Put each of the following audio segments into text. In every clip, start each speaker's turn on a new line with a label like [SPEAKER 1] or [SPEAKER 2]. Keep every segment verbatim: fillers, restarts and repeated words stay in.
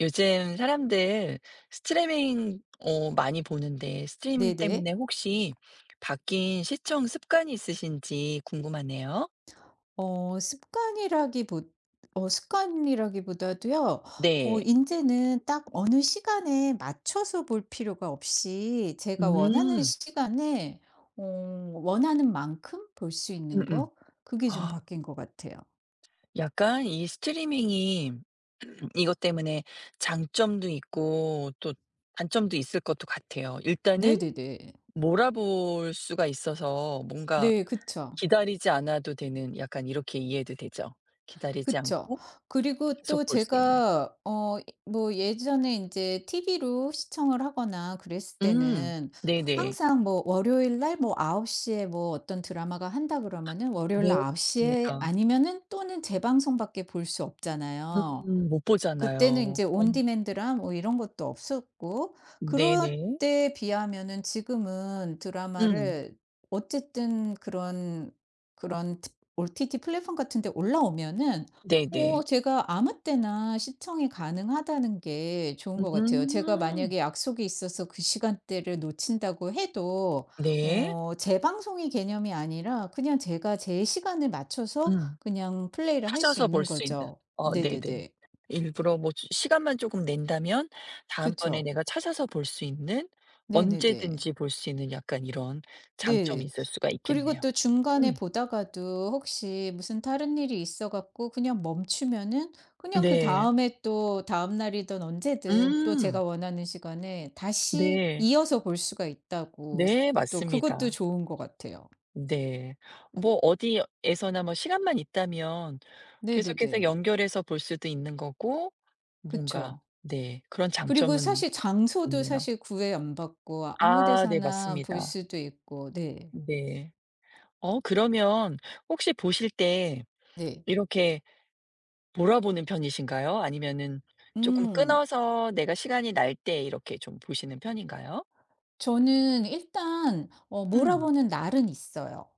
[SPEAKER 1] 요즘 사람들 스트리밍 어 많이 보는데 스트리밍
[SPEAKER 2] 네네.
[SPEAKER 1] 때문에 혹시 바뀐 시청 습관이 있으신지 궁금하네요.
[SPEAKER 2] 어 습관이라기보 어 습관이라기보다도요.
[SPEAKER 1] 네.
[SPEAKER 2] 어 이제는 딱 어느 시간에 맞춰서 볼 필요가 없이 제가 원하는
[SPEAKER 1] 음.
[SPEAKER 2] 시간에 어 원하는 만큼 볼 수 있는
[SPEAKER 1] 음음.
[SPEAKER 2] 거, 그게 좀
[SPEAKER 1] 아
[SPEAKER 2] 바뀐 것 같아요.
[SPEAKER 1] 약간 이 스트리밍이 이것 때문에 장점도 있고 또 단점도 있을 것도 같아요. 일단은
[SPEAKER 2] 네네네.
[SPEAKER 1] 몰아볼 수가 있어서 뭔가
[SPEAKER 2] 네, 그쵸.
[SPEAKER 1] 기다리지 않아도 되는 약간 이렇게 이해도 되죠. 기다리지
[SPEAKER 2] 그쵸.
[SPEAKER 1] 않고
[SPEAKER 2] 그리고 또
[SPEAKER 1] 계속 볼 수 있는.
[SPEAKER 2] 제가 어 뭐 예전에 이제 티비로 시청을 하거나 그랬을
[SPEAKER 1] 음.
[SPEAKER 2] 때는
[SPEAKER 1] 네네.
[SPEAKER 2] 항상 뭐 월요일 날 뭐아홉 시에 뭐 어떤 드라마가 한다 그러면은 월요일
[SPEAKER 1] 네
[SPEAKER 2] 날아홉 시에
[SPEAKER 1] 맞습니다.
[SPEAKER 2] 아니면은 또는 재방송밖에 볼 수 없잖아요.
[SPEAKER 1] 음 못
[SPEAKER 2] 그때는 이
[SPEAKER 1] 보잖아요.
[SPEAKER 2] 제
[SPEAKER 1] 어
[SPEAKER 2] 온디맨드랑 뭐 이런 것도 없었고, 그럴
[SPEAKER 1] 네네.
[SPEAKER 2] 때에 비하면은 지금은
[SPEAKER 1] 음.
[SPEAKER 2] 드라마를 어쨌든 그런 그런 트 오 티 티 플랫폼 같은 데 올라오면은
[SPEAKER 1] 네네.
[SPEAKER 2] 어 제가 아무 때나 시청이 가능하다는 게 좋은 것 같아요. 제가
[SPEAKER 1] 음.
[SPEAKER 2] 만약에 약속이 있어서 그 시간대를 놓친다고 해도
[SPEAKER 1] 네.
[SPEAKER 2] 어 재방송이 개념이 아니라 그냥 제가 제 시간을 맞춰서
[SPEAKER 1] 음.
[SPEAKER 2] 그냥 플레이를 할 수
[SPEAKER 1] 찾아서
[SPEAKER 2] 있는
[SPEAKER 1] 볼 수 있는.
[SPEAKER 2] 거죠.
[SPEAKER 1] 어 네네.
[SPEAKER 2] 네네네.
[SPEAKER 1] 일부러 뭐 시 시간만 조금 낸다면 다음번에
[SPEAKER 2] 그쵸.
[SPEAKER 1] 내가 찾아서 볼 수 있는
[SPEAKER 2] 네네네.
[SPEAKER 1] 언제든지 볼 수 있는 약간 이런 장점이
[SPEAKER 2] 네.
[SPEAKER 1] 있을 수가
[SPEAKER 2] 그리고
[SPEAKER 1] 있겠네요.
[SPEAKER 2] 또 중간에
[SPEAKER 1] 음.
[SPEAKER 2] 보다가도 혹시 무슨 다른 일이 있어 갖고 그냥 멈추면은 그냥
[SPEAKER 1] 네.
[SPEAKER 2] 그다음에 또 다음 날이든 언제든 또
[SPEAKER 1] 음.
[SPEAKER 2] 제가 원하는 시간에 다시
[SPEAKER 1] 네.
[SPEAKER 2] 이어서 볼 수가 있다고 스
[SPEAKER 1] 네
[SPEAKER 2] 또 그것도
[SPEAKER 1] 맞습니다.
[SPEAKER 2] 좋은 것 같아요.
[SPEAKER 1] 네. 뭐 어디에서나 뭐 시간만 있다면 계속해서
[SPEAKER 2] 네네네.
[SPEAKER 1] 연결해서 볼 수도 있는 거고 뭔가
[SPEAKER 2] 그쵸.
[SPEAKER 1] 네 그런
[SPEAKER 2] 그리고
[SPEAKER 1] 장점은
[SPEAKER 2] 사실 장소도
[SPEAKER 1] 있네요.
[SPEAKER 2] 사실 구애 안 받고 아무
[SPEAKER 1] 아 네
[SPEAKER 2] 데서나 볼
[SPEAKER 1] 맞습니다.
[SPEAKER 2] 수도 있고. 네.
[SPEAKER 1] 네. 어 그러면 혹시 보실 때
[SPEAKER 2] 네.
[SPEAKER 1] 이렇게 몰아보는 편이신가요? 아니면은 쪼끔
[SPEAKER 2] 음.
[SPEAKER 1] 끊어서 내가 시간이 날 때 이렇게 좀 보시는 편인가요?
[SPEAKER 2] 저는 일단 어
[SPEAKER 1] 음.
[SPEAKER 2] 몰아보는 날은 있어요.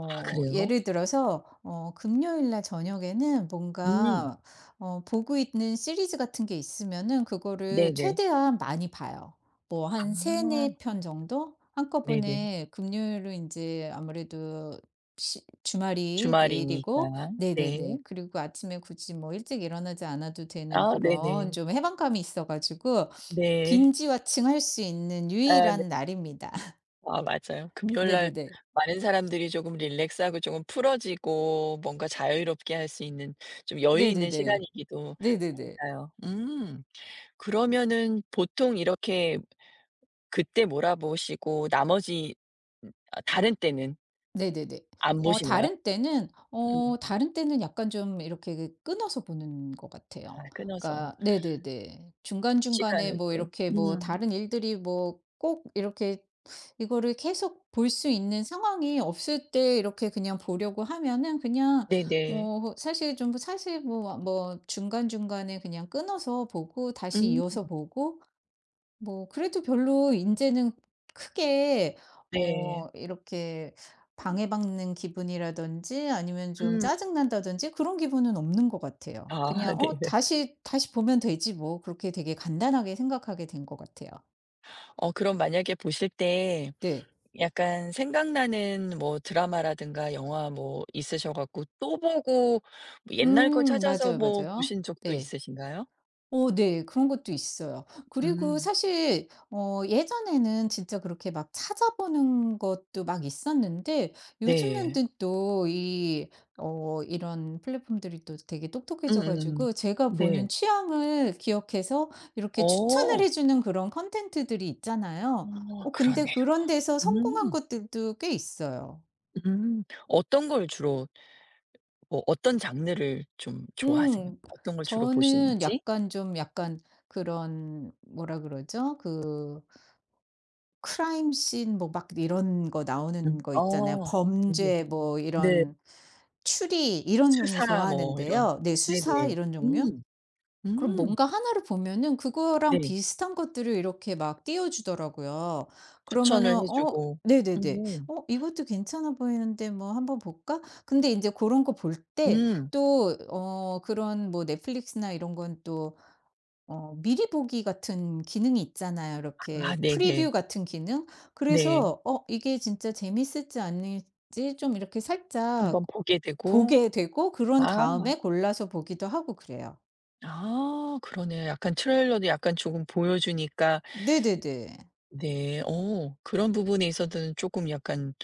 [SPEAKER 1] 아 그래요?
[SPEAKER 2] 예를 들어서 어 금요일 날 저녁에는
[SPEAKER 1] 음.
[SPEAKER 2] 뭔가 어 보고 있는 시리즈 같은 게 있으면은 그거를
[SPEAKER 1] 네네.
[SPEAKER 2] 최대한 많이 봐요. 뭐
[SPEAKER 1] 아.
[SPEAKER 2] 한 삼사 편 정도
[SPEAKER 1] 네네.
[SPEAKER 2] 한꺼번에 금요일로 이제 아무래도 시 주말이
[SPEAKER 1] 주말이니까.
[SPEAKER 2] 내일이고,
[SPEAKER 1] 네.
[SPEAKER 2] 네네네. 그리고 아침에 굳이 뭐 일찍 일어나지 않아도 되는
[SPEAKER 1] 아
[SPEAKER 2] 그런
[SPEAKER 1] 네네.
[SPEAKER 2] 좀 해방감이 있어 가지고
[SPEAKER 1] 네.
[SPEAKER 2] 빈지와칭할 수 있는
[SPEAKER 1] 아 네.
[SPEAKER 2] 유일한 날입니다.
[SPEAKER 1] 아 맞아요. 금요일 날
[SPEAKER 2] 네네네.
[SPEAKER 1] 많은 사람들이 조금 릴렉스하고 조금 풀어지고 뭔가 자유롭게 할 수 있는 좀 여유 있는
[SPEAKER 2] 네네네.
[SPEAKER 1] 시간이기도
[SPEAKER 2] 네네네.
[SPEAKER 1] 하니까요. 음. 그러면은 보통 이렇게 그때 몰아보시고 나머지 음 아 다른 때는
[SPEAKER 2] 네네네.
[SPEAKER 1] 안
[SPEAKER 2] 어
[SPEAKER 1] 보시나요?
[SPEAKER 2] 다른 때는 어
[SPEAKER 1] 음.
[SPEAKER 2] 다른 때는 약간 좀 이렇게 그 끊어서 보는 것
[SPEAKER 1] 아
[SPEAKER 2] 같아요.
[SPEAKER 1] 끊어서
[SPEAKER 2] 그러니까 네네네. 중간중간에
[SPEAKER 1] 시간을
[SPEAKER 2] 뭐
[SPEAKER 1] 또
[SPEAKER 2] 이렇게 뭐
[SPEAKER 1] 음.
[SPEAKER 2] 다른 일들이 뭐 꼭 이렇게 이거를 계속 볼 수 있는 상황이 없을 때 이렇게 그냥 보려고 하면은 그냥
[SPEAKER 1] 네네.
[SPEAKER 2] 어 사실 좀 사실 뭐 뭐 중간중간에 그냥 끊어서 보고 다시
[SPEAKER 1] 음
[SPEAKER 2] 이어서 보고 뭐 그래도 별로 인제는 크게
[SPEAKER 1] 네.
[SPEAKER 2] 어 이렇게 방해받는 기분이라든지 아니면 좀
[SPEAKER 1] 음.
[SPEAKER 2] 짜증 난다든지 그런 기분은 없는 것 같아요.
[SPEAKER 1] 아
[SPEAKER 2] 그냥 '어
[SPEAKER 1] 네네.
[SPEAKER 2] 다시, 다시 보면 되지 뭐.' 그렇게 되게 간단하게 생각하게 된 것 같아요.
[SPEAKER 1] 어 그럼 만약에 보실 때
[SPEAKER 2] 네.
[SPEAKER 1] 약간 생각나는 뭐 드라마라든가 영화 뭐 있으셔 갖고 또 보고 뭐 옛날 거
[SPEAKER 2] 음,
[SPEAKER 1] 찾아서
[SPEAKER 2] 맞아요,
[SPEAKER 1] 뭐
[SPEAKER 2] 맞아요.
[SPEAKER 1] 보신 적도
[SPEAKER 2] 네.
[SPEAKER 1] 있으신가요?
[SPEAKER 2] 어 네. 그런 것도 있어요. 그리고
[SPEAKER 1] 음.
[SPEAKER 2] 사실 어 예전에는 진짜 그렇게 막 찾아보는 것도 막 있었는데 요즘에는
[SPEAKER 1] 네.
[SPEAKER 2] 또 이 어 이런 플랫폼들이 또 되게 똑똑해져
[SPEAKER 1] 음음음.
[SPEAKER 2] 가지고 제가
[SPEAKER 1] 네.
[SPEAKER 2] 보는 취향을 기억해서 이렇게 추천을
[SPEAKER 1] 어.
[SPEAKER 2] 해 주는 그런 컨텐츠들이 있잖아요.
[SPEAKER 1] 어
[SPEAKER 2] 어 근데
[SPEAKER 1] 그러네요.
[SPEAKER 2] 그런 데서 성공한
[SPEAKER 1] 음.
[SPEAKER 2] 것들도 꽤 있어요.
[SPEAKER 1] 음. 어떤 걸 주로 뭐 어떤 장르를 좀 좋아하세요?
[SPEAKER 2] 음.
[SPEAKER 1] 어떤 걸 주로
[SPEAKER 2] 저는
[SPEAKER 1] 보시는지?
[SPEAKER 2] 약간 좀 약간 그런 뭐라 그러죠? 그 크라임 씬 뭐 막 이런 거 나오는
[SPEAKER 1] 음.
[SPEAKER 2] 거 있잖아요.
[SPEAKER 1] 어. 네.
[SPEAKER 2] 범죄 뭐
[SPEAKER 1] 네.
[SPEAKER 2] 이런 추리 이런 종류
[SPEAKER 1] 수사 뭐 이런.
[SPEAKER 2] 좋아하는데요. 네, 수사
[SPEAKER 1] 네네.
[SPEAKER 2] 이런 종류?
[SPEAKER 1] 음.
[SPEAKER 2] 그럼
[SPEAKER 1] 음.
[SPEAKER 2] 뭔가 하나를 보면은 그거랑
[SPEAKER 1] 네.
[SPEAKER 2] 비슷한 것들을 이렇게 막 띄워 주더라고요.
[SPEAKER 1] 추천을
[SPEAKER 2] 그러면은
[SPEAKER 1] 해
[SPEAKER 2] 어
[SPEAKER 1] 주고.
[SPEAKER 2] 네네네.
[SPEAKER 1] 음.
[SPEAKER 2] '어 이것도 괜찮아 보이는데 뭐 한번 볼까?' 근데 이제 그런 거 볼 때
[SPEAKER 1] 음.
[SPEAKER 2] 또 어 그런 뭐 넷플릭스나 이런 건또 어 미리 보기 같은 기능이 있잖아요.
[SPEAKER 1] 아
[SPEAKER 2] 이렇게
[SPEAKER 1] 네네.
[SPEAKER 2] 프리뷰 같은 기능?
[SPEAKER 1] 네.
[SPEAKER 2] 그래서 어 이게 진짜 재밌을지 아닐지 좀 이렇게 살짝
[SPEAKER 1] 한번 보게 되고
[SPEAKER 2] 보게 되고 그런
[SPEAKER 1] 아.
[SPEAKER 2] 다음에 골라서 보기도 하고 그래요.
[SPEAKER 1] 아 그러네요. 약간 트레일러도 약간 조금 보여주니까
[SPEAKER 2] 네네네.
[SPEAKER 1] 네. 어 그런 부분에 있어서는 쪼끔 약간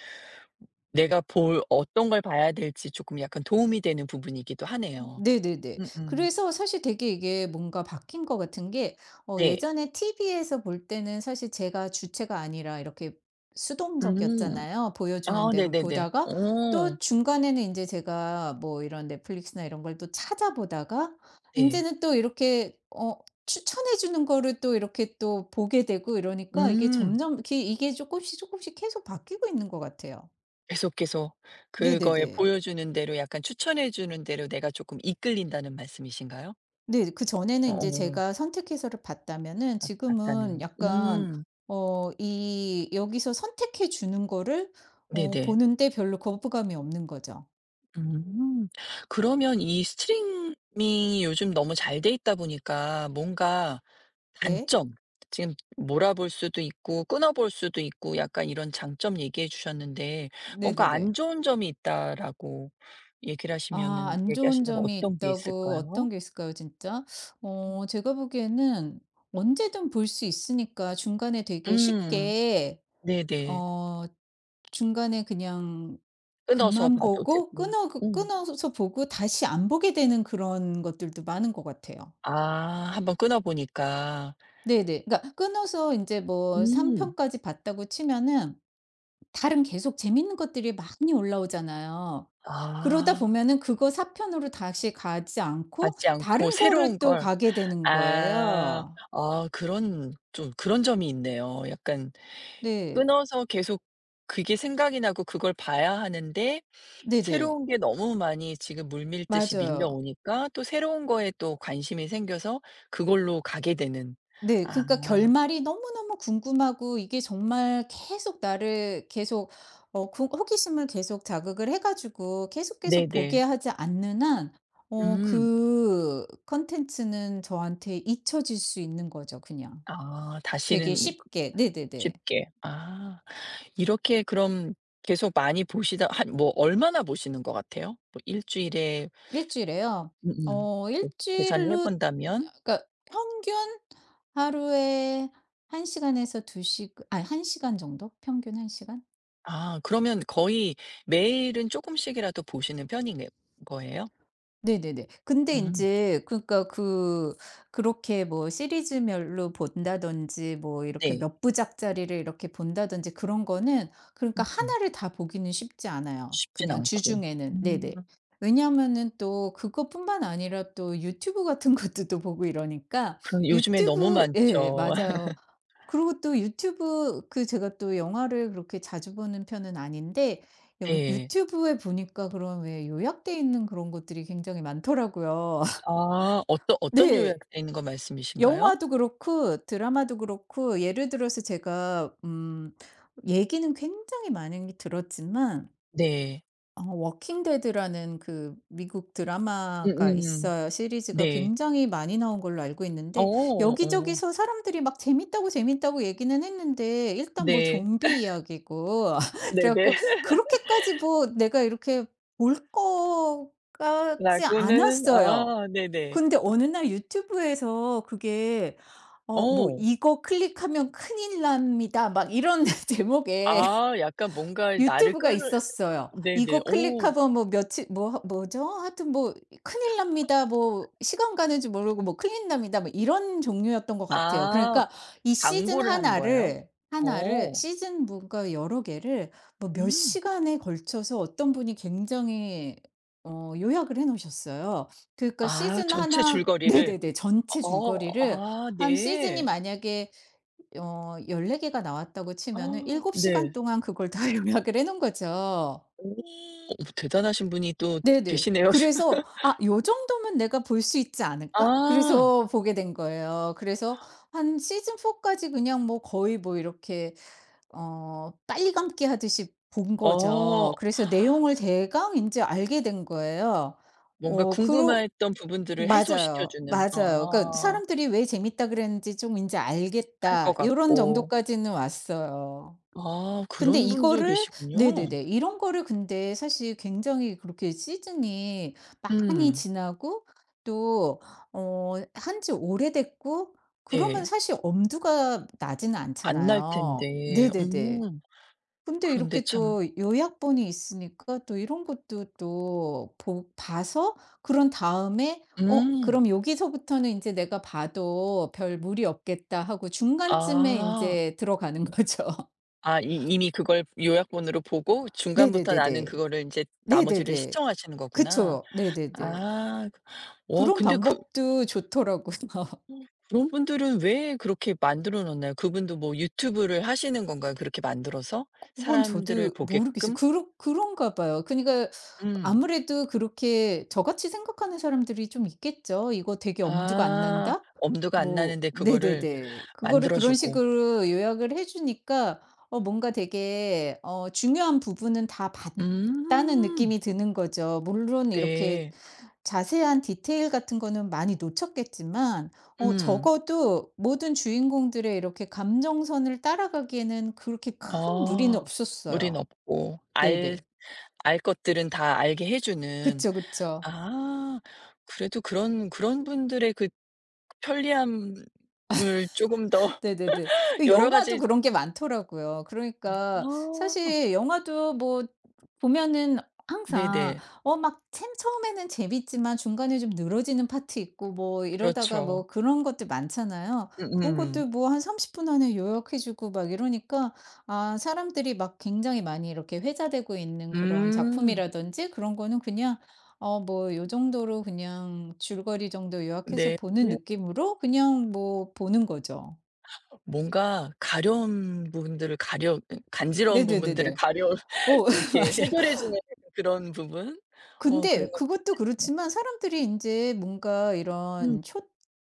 [SPEAKER 1] 내가 볼 어떤 걸 봐야 될지 쪼끔 약간 도움이 되는 부분이기도 하네요.
[SPEAKER 2] 네네네.
[SPEAKER 1] 음음.
[SPEAKER 2] 그래서 사실 되게 이게 뭔가 바뀐 것 같은 게 어
[SPEAKER 1] 네.
[SPEAKER 2] 예전에 티비에서 볼 때는 사실 제가 주체가 아니라 이렇게
[SPEAKER 1] 음.
[SPEAKER 2] 수동적이었잖아요. 보여주는
[SPEAKER 1] 아
[SPEAKER 2] 대로
[SPEAKER 1] 네네네.
[SPEAKER 2] 보다가
[SPEAKER 1] 어
[SPEAKER 2] 또 중간에는 이제 제가 뭐 이런 넷플릭스나 이런 걸 또 찾아보다가 이제
[SPEAKER 1] 네.
[SPEAKER 2] 는 또 이렇게 어 추천해 주는 거를 또 이렇게 또 보게 되고 이러니까 이게
[SPEAKER 1] 음.
[SPEAKER 2] 점점 이게 이게 씩조금씩 계속 바뀌고 있는 것 같아요.
[SPEAKER 1] 계속, 계속 그거에
[SPEAKER 2] 네네네.
[SPEAKER 1] 보여주는 대로 약간 추천해 주는 대로 내가 쪼끔 이끌린다는 말씀이신가요?
[SPEAKER 2] 네. 그전에는 인제
[SPEAKER 1] 어어.
[SPEAKER 2] 제가 선택해서를 봤다면은
[SPEAKER 1] 같
[SPEAKER 2] 지금은
[SPEAKER 1] 같다면.
[SPEAKER 2] 약간
[SPEAKER 1] 음.
[SPEAKER 2] 어 이 여기서 선택해 주는 거를 어
[SPEAKER 1] 네네.
[SPEAKER 2] 보는데 별로 거부감이 없는 거죠.
[SPEAKER 1] 음. 그러면 이 스트리밍이 요즘 너무 잘 돼 있다 보니까 뭔가
[SPEAKER 2] 네.
[SPEAKER 1] 단점 지금 몰아볼 수도 있고 끊어 볼 수도 있고 약간 이런 장점 얘기해 주셨는데 뭔가
[SPEAKER 2] 네네네.
[SPEAKER 1] "안 좋은 점이 있다."라고 얘기를
[SPEAKER 2] 아,
[SPEAKER 1] 하시면은
[SPEAKER 2] 안 좋은
[SPEAKER 1] 얘기하신다면
[SPEAKER 2] 점이
[SPEAKER 1] 어떤 게
[SPEAKER 2] 있다고
[SPEAKER 1] 있을까요?
[SPEAKER 2] 어떤 게 있을까요 진짜? 어 제가 보기에는 언제든 볼 수 있으니까 중간에 되게
[SPEAKER 1] 음.
[SPEAKER 2] 쉽게
[SPEAKER 1] 네네.
[SPEAKER 2] 어 중간에 그냥
[SPEAKER 1] 끊어서
[SPEAKER 2] 급만
[SPEAKER 1] 봐도
[SPEAKER 2] 보고
[SPEAKER 1] 되고.
[SPEAKER 2] 끊어 그
[SPEAKER 1] 음.
[SPEAKER 2] 끊어서 보고 다시 안 보게 되는 그런 것들도 많은 것 같아요.
[SPEAKER 1] 아 한번 끊어 보니까.
[SPEAKER 2] 네네. 그러니까 끊어서 인제 뭐 삼
[SPEAKER 1] 음.
[SPEAKER 2] 편까지 봤다고 치면은 다른 계속 재밌는 것들이 많이 올라오잖아요. 그러다
[SPEAKER 1] 아.
[SPEAKER 2] 보면은 그거 사 편으로 다시 가지 않고
[SPEAKER 1] 받지 않고
[SPEAKER 2] 다른 거를
[SPEAKER 1] 새로운
[SPEAKER 2] 또
[SPEAKER 1] 걸
[SPEAKER 2] 가게 되는
[SPEAKER 1] 아.
[SPEAKER 2] 거예요.
[SPEAKER 1] 아 그런 좀 그런 점이 있네요. 약간
[SPEAKER 2] 네.
[SPEAKER 1] 끊어서 계속 그게 생각이 나고 그걸 봐야 하는데
[SPEAKER 2] 네네.
[SPEAKER 1] 새로운 게 너무 많이 지금 물밀듯이
[SPEAKER 2] 맞아요.
[SPEAKER 1] 밀려오니까 또 새로운 거에 또 관심이 생겨서 그걸로 가게 되는.
[SPEAKER 2] 네.
[SPEAKER 1] 아
[SPEAKER 2] 그러니까 결말이 너무너무 궁금하고 이게 정말 계속 나를 계속 어 그 호기심을 계속 자극을 해 가지고 계속, 계속
[SPEAKER 1] 네네.
[SPEAKER 2] 보게 하지 않는 한 어
[SPEAKER 1] 음.
[SPEAKER 2] 그 컨텐츠는 저한테 잊혀질 수 있는 거죠, 그냥.
[SPEAKER 1] 아
[SPEAKER 2] 되게
[SPEAKER 1] 다시는
[SPEAKER 2] 쉽게. 네네네.
[SPEAKER 1] 쉽게. 아 이렇게 그럼 계속 많이 보시다 한 뭐 얼마나 보시는 것 같아요? 뭐 주일에
[SPEAKER 2] 일 주일에요?
[SPEAKER 1] 음음.
[SPEAKER 2] 어
[SPEAKER 1] 또
[SPEAKER 2] 일
[SPEAKER 1] 계산을 해
[SPEAKER 2] 주일로
[SPEAKER 1] 본다면
[SPEAKER 2] 그러니까 평균 하루에 한 시간에서 두 시, 아니, 한 시간 정도? 평균 한 시간?
[SPEAKER 1] 아 그러면 거의 매일은 쪼끔씩이라도 보시는 편인 거예요?
[SPEAKER 2] 네네네. 근데
[SPEAKER 1] 음.
[SPEAKER 2] 인제 그러니까 그 그렇게 뭐 시리즈별로 본다든지 뭐 이렇게
[SPEAKER 1] 네.
[SPEAKER 2] 몇 부작짜리를 이렇게 본다든지 그런 거는 그러니까 하
[SPEAKER 1] 음.
[SPEAKER 2] 나를 다 보기는 쉽지 않아요,
[SPEAKER 1] 쉽진
[SPEAKER 2] 그냥
[SPEAKER 1] 않고.
[SPEAKER 2] 주중에는.
[SPEAKER 1] 음.
[SPEAKER 2] 네네. 왜냐하면은 또 그것뿐만 아니라 또 유튜브 같은 것도 또 보고 이러니까
[SPEAKER 1] 그럼 요즘에 너무
[SPEAKER 2] 유튜브, 예,
[SPEAKER 1] 많죠.
[SPEAKER 2] 맞아요. 그리고 또 유튜브 그 제가 또 영화를 그렇게 자주 보는 편은 아닌데 여
[SPEAKER 1] 네.
[SPEAKER 2] 유튜브에 보니까 그런 왜 요약돼 있는 그런 것들이 굉장히 많더라고요.
[SPEAKER 1] 아 어떠 어떤
[SPEAKER 2] 네.
[SPEAKER 1] 요약된 거 말씀이신가요?
[SPEAKER 2] 영화도 그렇고 드라마도 그렇고 예를 들어서 제가 음 얘기는 굉장히 많이 들었지만
[SPEAKER 1] 네.
[SPEAKER 2] 어 워킹 데드라는 그 미국 드라마가
[SPEAKER 1] 음음.
[SPEAKER 2] 있어요. 시리즈가
[SPEAKER 1] 네.
[SPEAKER 2] 굉장히 많이 나온 걸로 알고
[SPEAKER 1] 어
[SPEAKER 2] 있는데
[SPEAKER 1] 어.
[SPEAKER 2] 여기저기서 사람들이 막 재밌다고 재밌다고 얘기는 했는데 일단 뭐
[SPEAKER 1] 네.
[SPEAKER 2] 좀비 이야기고 그래
[SPEAKER 1] 네네.
[SPEAKER 2] 갖고 그렇게까지 뭐 내가 이렇게 볼 것 같지
[SPEAKER 1] 라고는
[SPEAKER 2] 않았어요.
[SPEAKER 1] 아 네네.
[SPEAKER 2] 근데 어느 날 유튜브에서 그게 어 뭐
[SPEAKER 1] 어.
[SPEAKER 2] "이거 클릭하면 큰일 납니다." 막 이런 제목에
[SPEAKER 1] 아 약간 뭔가 나를
[SPEAKER 2] 유튜브가
[SPEAKER 1] 끌을
[SPEAKER 2] 있었어요.
[SPEAKER 1] 네네.
[SPEAKER 2] 이거
[SPEAKER 1] 어.
[SPEAKER 2] 클릭하면 뭐 며칠 뭐 뭐죠? 하여튼 뭐 "큰일 납니다." 뭐 시간 가는 줄 모르고 뭐 "클릭 납니다." 뭐 이런 종류였던 것 같아요.
[SPEAKER 1] 아.
[SPEAKER 2] 그러니까 이 시즌
[SPEAKER 1] 광고를 한 거예요?
[SPEAKER 2] 하나를, 하나를
[SPEAKER 1] 어.
[SPEAKER 2] 시즌 뭔가 여러 개를 뭐 몇
[SPEAKER 1] 음.
[SPEAKER 2] 시간에 걸쳐서 어떤 분이 굉장히 어 요약을 해 놓으셨어요. 그러니까
[SPEAKER 1] 아
[SPEAKER 2] 시즌
[SPEAKER 1] 전체
[SPEAKER 2] 하나,
[SPEAKER 1] 줄거리를.
[SPEAKER 2] 네네네. 전체
[SPEAKER 1] 어
[SPEAKER 2] 줄거리를,
[SPEAKER 1] 아
[SPEAKER 2] 한 시즌이
[SPEAKER 1] 네.
[SPEAKER 2] 만약에 어 열네 개가 나왔다고 치면은 일곱
[SPEAKER 1] 네.
[SPEAKER 2] 시간 동안 그걸 다 요약을 해 놓은 거죠.
[SPEAKER 1] 오 대단하신 분이 또
[SPEAKER 2] 네네.
[SPEAKER 1] 계시네요.
[SPEAKER 2] 그래서 '아, 요 정도면 내가 볼 수 있지 않을까?'
[SPEAKER 1] 아.
[SPEAKER 2] 그래서 보게 된 거예요. 그래서 한 시즌 사 까지 그냥 뭐 거의 뭐 이렇게 어 빨리 감기 하듯이 본
[SPEAKER 1] 어.
[SPEAKER 2] 거죠. 그래서 내용을 대강 이제 알게 된 거예요.
[SPEAKER 1] 뭔가
[SPEAKER 2] 어 그러
[SPEAKER 1] 궁금했던 부분들을 해소시켜
[SPEAKER 2] 맞아요.
[SPEAKER 1] 주는
[SPEAKER 2] 맞아요. 그러니까
[SPEAKER 1] 아
[SPEAKER 2] '사람들이 왜 재밌다 그랬는지 좀 이제
[SPEAKER 1] 알 것
[SPEAKER 2] 알겠다.' 이런
[SPEAKER 1] 같고.
[SPEAKER 2] 정도까지는 왔어요.
[SPEAKER 1] 아
[SPEAKER 2] 근데
[SPEAKER 1] 그런 분도
[SPEAKER 2] 이거를,
[SPEAKER 1] 계시군요.
[SPEAKER 2] 네네네. 이런 거를 근데 사실 굉장히 그렇게 시즌이 많이
[SPEAKER 1] 음.
[SPEAKER 2] 지나고 또 어 한 지 오래됐고 그러면
[SPEAKER 1] 네.
[SPEAKER 2] 사실 엄두가 나지는
[SPEAKER 1] 안 날
[SPEAKER 2] 않잖아요.
[SPEAKER 1] 텐데.
[SPEAKER 2] 네네네.
[SPEAKER 1] 음.
[SPEAKER 2] 근데
[SPEAKER 1] 그런데
[SPEAKER 2] 이렇게
[SPEAKER 1] 참
[SPEAKER 2] 또 요약본이 있으니까 또 이런 것도 또 보 봐서 그런 다음에 '어,
[SPEAKER 1] 음.
[SPEAKER 2] 그럼 여기서부터는 인제 내가 봐도 별 무리 없겠다.' 하고 중간쯤에
[SPEAKER 1] 아.
[SPEAKER 2] 인제 들어가는 거죠.
[SPEAKER 1] 아 이 이미 그걸 요약본으로 보고 중간부터 나는
[SPEAKER 2] 네네네네.
[SPEAKER 1] 그거를 이제 나머지를
[SPEAKER 2] 네네네.
[SPEAKER 1] 시청하시는 거구나.
[SPEAKER 2] 그쵸. 네네네.
[SPEAKER 1] 아. 그, 와
[SPEAKER 2] 그런
[SPEAKER 1] 근데 그
[SPEAKER 2] 방법도 좋더라고요.
[SPEAKER 1] 그런 분들은 왜 그렇게 만들어 놓나요? 그분도 뭐 유튜브를 하시는 건가요? 그렇게 만들어서?
[SPEAKER 2] 그건
[SPEAKER 1] 사람들을
[SPEAKER 2] 저도 모르겠어요.
[SPEAKER 1] 보게끔?
[SPEAKER 2] 그러 그런가 봐요. 그니까 러
[SPEAKER 1] 음.
[SPEAKER 2] 아무래도 그렇게 저같이 생각하는 사람들이 좀 있겠죠. '이거 되게 엄두가 안
[SPEAKER 1] 아.
[SPEAKER 2] 난다?'
[SPEAKER 1] 엄두가 안
[SPEAKER 2] 뭐
[SPEAKER 1] 나는데 그거를
[SPEAKER 2] 네네네. 그거를
[SPEAKER 1] 만들어
[SPEAKER 2] 그런
[SPEAKER 1] 주고.
[SPEAKER 2] 식으로 요약을 해 주니까 어 뭔가 되게 어 중요한 부분은 다 봤다는
[SPEAKER 1] 음.
[SPEAKER 2] 느낌이 드는 거죠. 물론 이렇게
[SPEAKER 1] 네.
[SPEAKER 2] 자세한 디테일 같은 거는 많이 놓쳤겠지만 어
[SPEAKER 1] 음.
[SPEAKER 2] 적어도 모든 주인공들의 이렇게 감정선을 따라가기에는 그렇게 큰 무리는
[SPEAKER 1] 아. 무리는
[SPEAKER 2] 없었어요.
[SPEAKER 1] 없고 알
[SPEAKER 2] 네네.
[SPEAKER 1] 알 것들은 다 알게 해 주는.
[SPEAKER 2] 그쵸, 그쵸.
[SPEAKER 1] 아. 그래도 그런 그런 분들의 그 편리함을 쪼금 더
[SPEAKER 2] 네네네. 그
[SPEAKER 1] 여러
[SPEAKER 2] 영화도
[SPEAKER 1] 가지
[SPEAKER 2] 그런 게 많더라고요. 그러니까
[SPEAKER 1] 아.
[SPEAKER 2] 사실 영화도 뭐 보면은 항상
[SPEAKER 1] 네네.
[SPEAKER 2] 어 막 챈 처음에는 재밌지만 중간에 좀 늘어지는 파트 있고 뭐 이러다가
[SPEAKER 1] 그렇죠.
[SPEAKER 2] 뭐 그런 것들 많잖아요. 그런
[SPEAKER 1] 음음.
[SPEAKER 2] 것들 뭐 한 삼십 분 안에 요약해 주고 막 이러니까 아, 사람들이 막 굉장히 많이 이렇게 회자되고 있는 그런
[SPEAKER 1] 음.
[SPEAKER 2] 작품이라든지 그런 거는 그냥 어 뭐 요 정도로 그냥 줄거리 정도 요약해서
[SPEAKER 1] 네.
[SPEAKER 2] 보는 느낌으로 그냥 뭐 보는 거죠.
[SPEAKER 1] 뭔가 가려운 부분들을 가려 그 간지러운 부분들을
[SPEAKER 2] 네네네네.
[SPEAKER 1] 가려
[SPEAKER 2] 어
[SPEAKER 1] 이렇게
[SPEAKER 2] 맞아요.
[SPEAKER 1] 해결해 주는 약간 그런 부분? 어 그런
[SPEAKER 2] 근데
[SPEAKER 1] 것
[SPEAKER 2] 그것도
[SPEAKER 1] 같아요.
[SPEAKER 2] 그렇지만 사람들이 인제 뭔가
[SPEAKER 1] 음.
[SPEAKER 2] 이런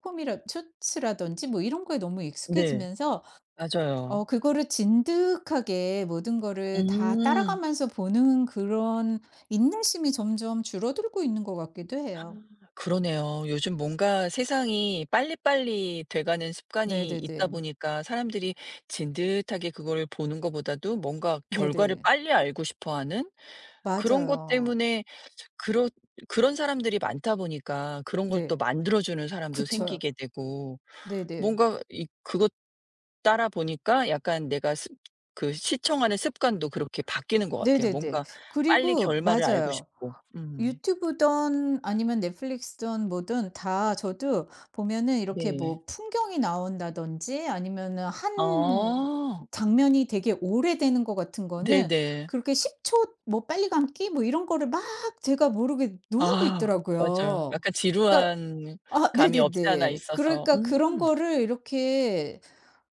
[SPEAKER 2] 숏폼이라 쇼츠라든지 뭐 이런 거에 너무
[SPEAKER 1] 네.
[SPEAKER 2] 익숙해지면서
[SPEAKER 1] 맞아요.
[SPEAKER 2] 어 그거를 진득하게 모든 거를 다
[SPEAKER 1] 음.
[SPEAKER 2] 따라가면서 보는 그런 인내심이 점점 줄어들고 있는 것 같기도 해요.
[SPEAKER 1] 그러네요. 요즘 뭔가 세상이 빨리빨리 돼가는 습관이 있다
[SPEAKER 2] 네네네.
[SPEAKER 1] 보니까 사람들이 진듯하게 그거를 보는 것보다도 뭔가 결과를
[SPEAKER 2] 네네.
[SPEAKER 1] 빨리 알고 싶어 하는 그런 것
[SPEAKER 2] 맞아요.
[SPEAKER 1] 때문에 그런 그런 사람들이 많다 보니까 그런 걸 또
[SPEAKER 2] 네.
[SPEAKER 1] 만들어주는 사람도
[SPEAKER 2] 그쵸.
[SPEAKER 1] 생기게 되고
[SPEAKER 2] 네네.
[SPEAKER 1] 뭔가 이 그것 따라 보니까 약간 내가 습 그 시청하는 습관도 그렇게 바뀌는 것 같아요.
[SPEAKER 2] 네네네.
[SPEAKER 1] 뭔가 빨리
[SPEAKER 2] 그리고
[SPEAKER 1] 결말을 알고
[SPEAKER 2] 맞아요.
[SPEAKER 1] 싶고. 음.
[SPEAKER 2] 유튜브든 아니면 넷플릭스든 뭐든 다 저도 보면은 이렇게
[SPEAKER 1] 네.
[SPEAKER 2] 뭐 풍경이 나온다든지 아니면은 한
[SPEAKER 1] 아
[SPEAKER 2] 장면이 되게 오래되는 것 같은 거는
[SPEAKER 1] 네네.
[SPEAKER 2] 그렇게 십 초 뭐 빨리 감기 뭐 이런 거를 막 제가 모르게 누르고
[SPEAKER 1] 아 맞아요.
[SPEAKER 2] 있더라고요.
[SPEAKER 1] 약간
[SPEAKER 2] 그러니까
[SPEAKER 1] 지루한
[SPEAKER 2] 아,
[SPEAKER 1] 감이 없지 않아
[SPEAKER 2] 네네네.
[SPEAKER 1] 있어서.
[SPEAKER 2] 그러니까 그런
[SPEAKER 1] 음.
[SPEAKER 2] 거를 이렇게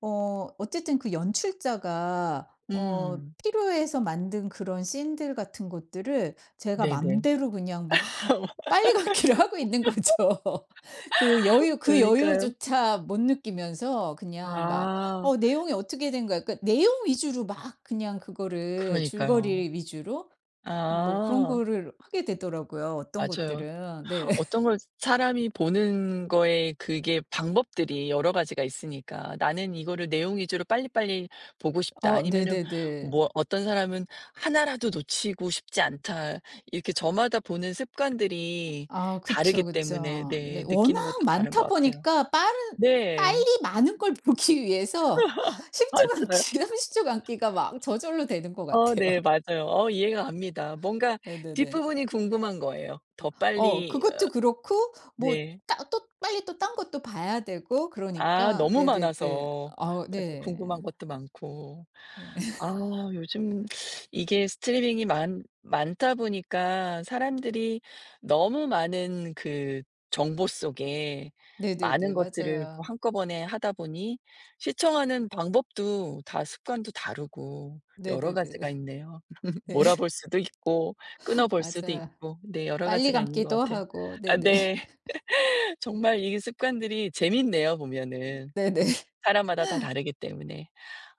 [SPEAKER 2] 어 어쨌든 그 연출자가 어
[SPEAKER 1] 음.
[SPEAKER 2] 필요해서 만든 그런 씬들 같은 것들을 제가
[SPEAKER 1] 네네.
[SPEAKER 2] 맘대로 그냥 막
[SPEAKER 1] 그러니까요.
[SPEAKER 2] 빨리걷기를 하고 있는 거죠. 그 여유, 그 여유조차 못 느끼면서 그냥 막
[SPEAKER 1] 아.
[SPEAKER 2] 어 내용이 어떻게 된 거야. 그러니까 내용 위주로 막 그냥 그거를
[SPEAKER 1] 그러니까요.
[SPEAKER 2] 줄거리 위주로 뭐 그런
[SPEAKER 1] 아
[SPEAKER 2] 거를 하게 되더라고요, 어떤
[SPEAKER 1] 맞아요.
[SPEAKER 2] 것들은. 네.
[SPEAKER 1] 어떤 걸 사람이 보는 거에 그게 방법들이 여러 가지가 있으니까 '나는 이거를 내용 위주로 빨리빨리 보고 싶다.'
[SPEAKER 2] 어
[SPEAKER 1] 아니면은
[SPEAKER 2] 네네네.
[SPEAKER 1] 뭐 어떤 사람은 '하나라도 놓치고 싶지 않다.' 이렇게 저마다 보는 습관들이
[SPEAKER 2] 아,
[SPEAKER 1] 다르기
[SPEAKER 2] 그쵸,
[SPEAKER 1] 때문에
[SPEAKER 2] 그쵸. 네,
[SPEAKER 1] 네 느끼는 것도
[SPEAKER 2] 워낙
[SPEAKER 1] 다른
[SPEAKER 2] 많다
[SPEAKER 1] 것 같아요.
[SPEAKER 2] 보니까 빠른
[SPEAKER 1] 네.
[SPEAKER 2] 빨리 많은 걸 보기 위해서 십 주간기,
[SPEAKER 1] 맞아요.
[SPEAKER 2] 삼십 주간기가 막 저절로 되는 것
[SPEAKER 1] 어
[SPEAKER 2] 같아요.
[SPEAKER 1] 네 맞아요. 어 이해가 갑니다. 뭔가
[SPEAKER 2] 네네네.
[SPEAKER 1] 뒷부분이 궁금한 거예요. 더
[SPEAKER 2] 어
[SPEAKER 1] 빨리 어
[SPEAKER 2] 그것도 그렇고 뭐
[SPEAKER 1] 네.
[SPEAKER 2] 따 또 빨리 또 딴 것도 봐야 되고
[SPEAKER 1] 아
[SPEAKER 2] 그러니까
[SPEAKER 1] 너무
[SPEAKER 2] 네네네.
[SPEAKER 1] 많아서.
[SPEAKER 2] 아,
[SPEAKER 1] 맞아.
[SPEAKER 2] 네.
[SPEAKER 1] 궁금한 것도 많고.
[SPEAKER 2] 네.
[SPEAKER 1] 아 요즘 이게 스트리밍이 많 많다 보니까 사람들이 너무 많은 그 정보 속에 많은
[SPEAKER 2] 네네네.
[SPEAKER 1] 것들을 또
[SPEAKER 2] 맞아요.
[SPEAKER 1] 한꺼번에 하다 보니 시청하는 방법도 다 습관도 다르고 여러 가지가
[SPEAKER 2] 네네네.
[SPEAKER 1] 있네요.
[SPEAKER 2] 네.
[SPEAKER 1] 몰아볼 수도 있고 끊어볼 수도
[SPEAKER 2] 맞아요.
[SPEAKER 1] 있고 네 여러
[SPEAKER 2] 빨리
[SPEAKER 1] 가지가 있는 것
[SPEAKER 2] 감기도
[SPEAKER 1] 같아요.
[SPEAKER 2] 하고
[SPEAKER 1] 아
[SPEAKER 2] 네네.
[SPEAKER 1] 네. 정말 이 습관들이 재밌네요 보면은.
[SPEAKER 2] 네네.
[SPEAKER 1] 사람마다 다 다르기 때문에.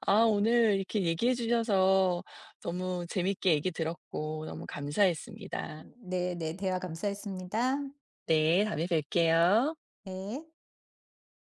[SPEAKER 1] 아 오늘 이렇게 얘기해 주셔서 너무 재밌게 얘기 들었고 너무 감사했습니다.
[SPEAKER 2] 네네. 대화 감사했습니다.
[SPEAKER 1] 네. 다음에 뵐게요.
[SPEAKER 2] 네.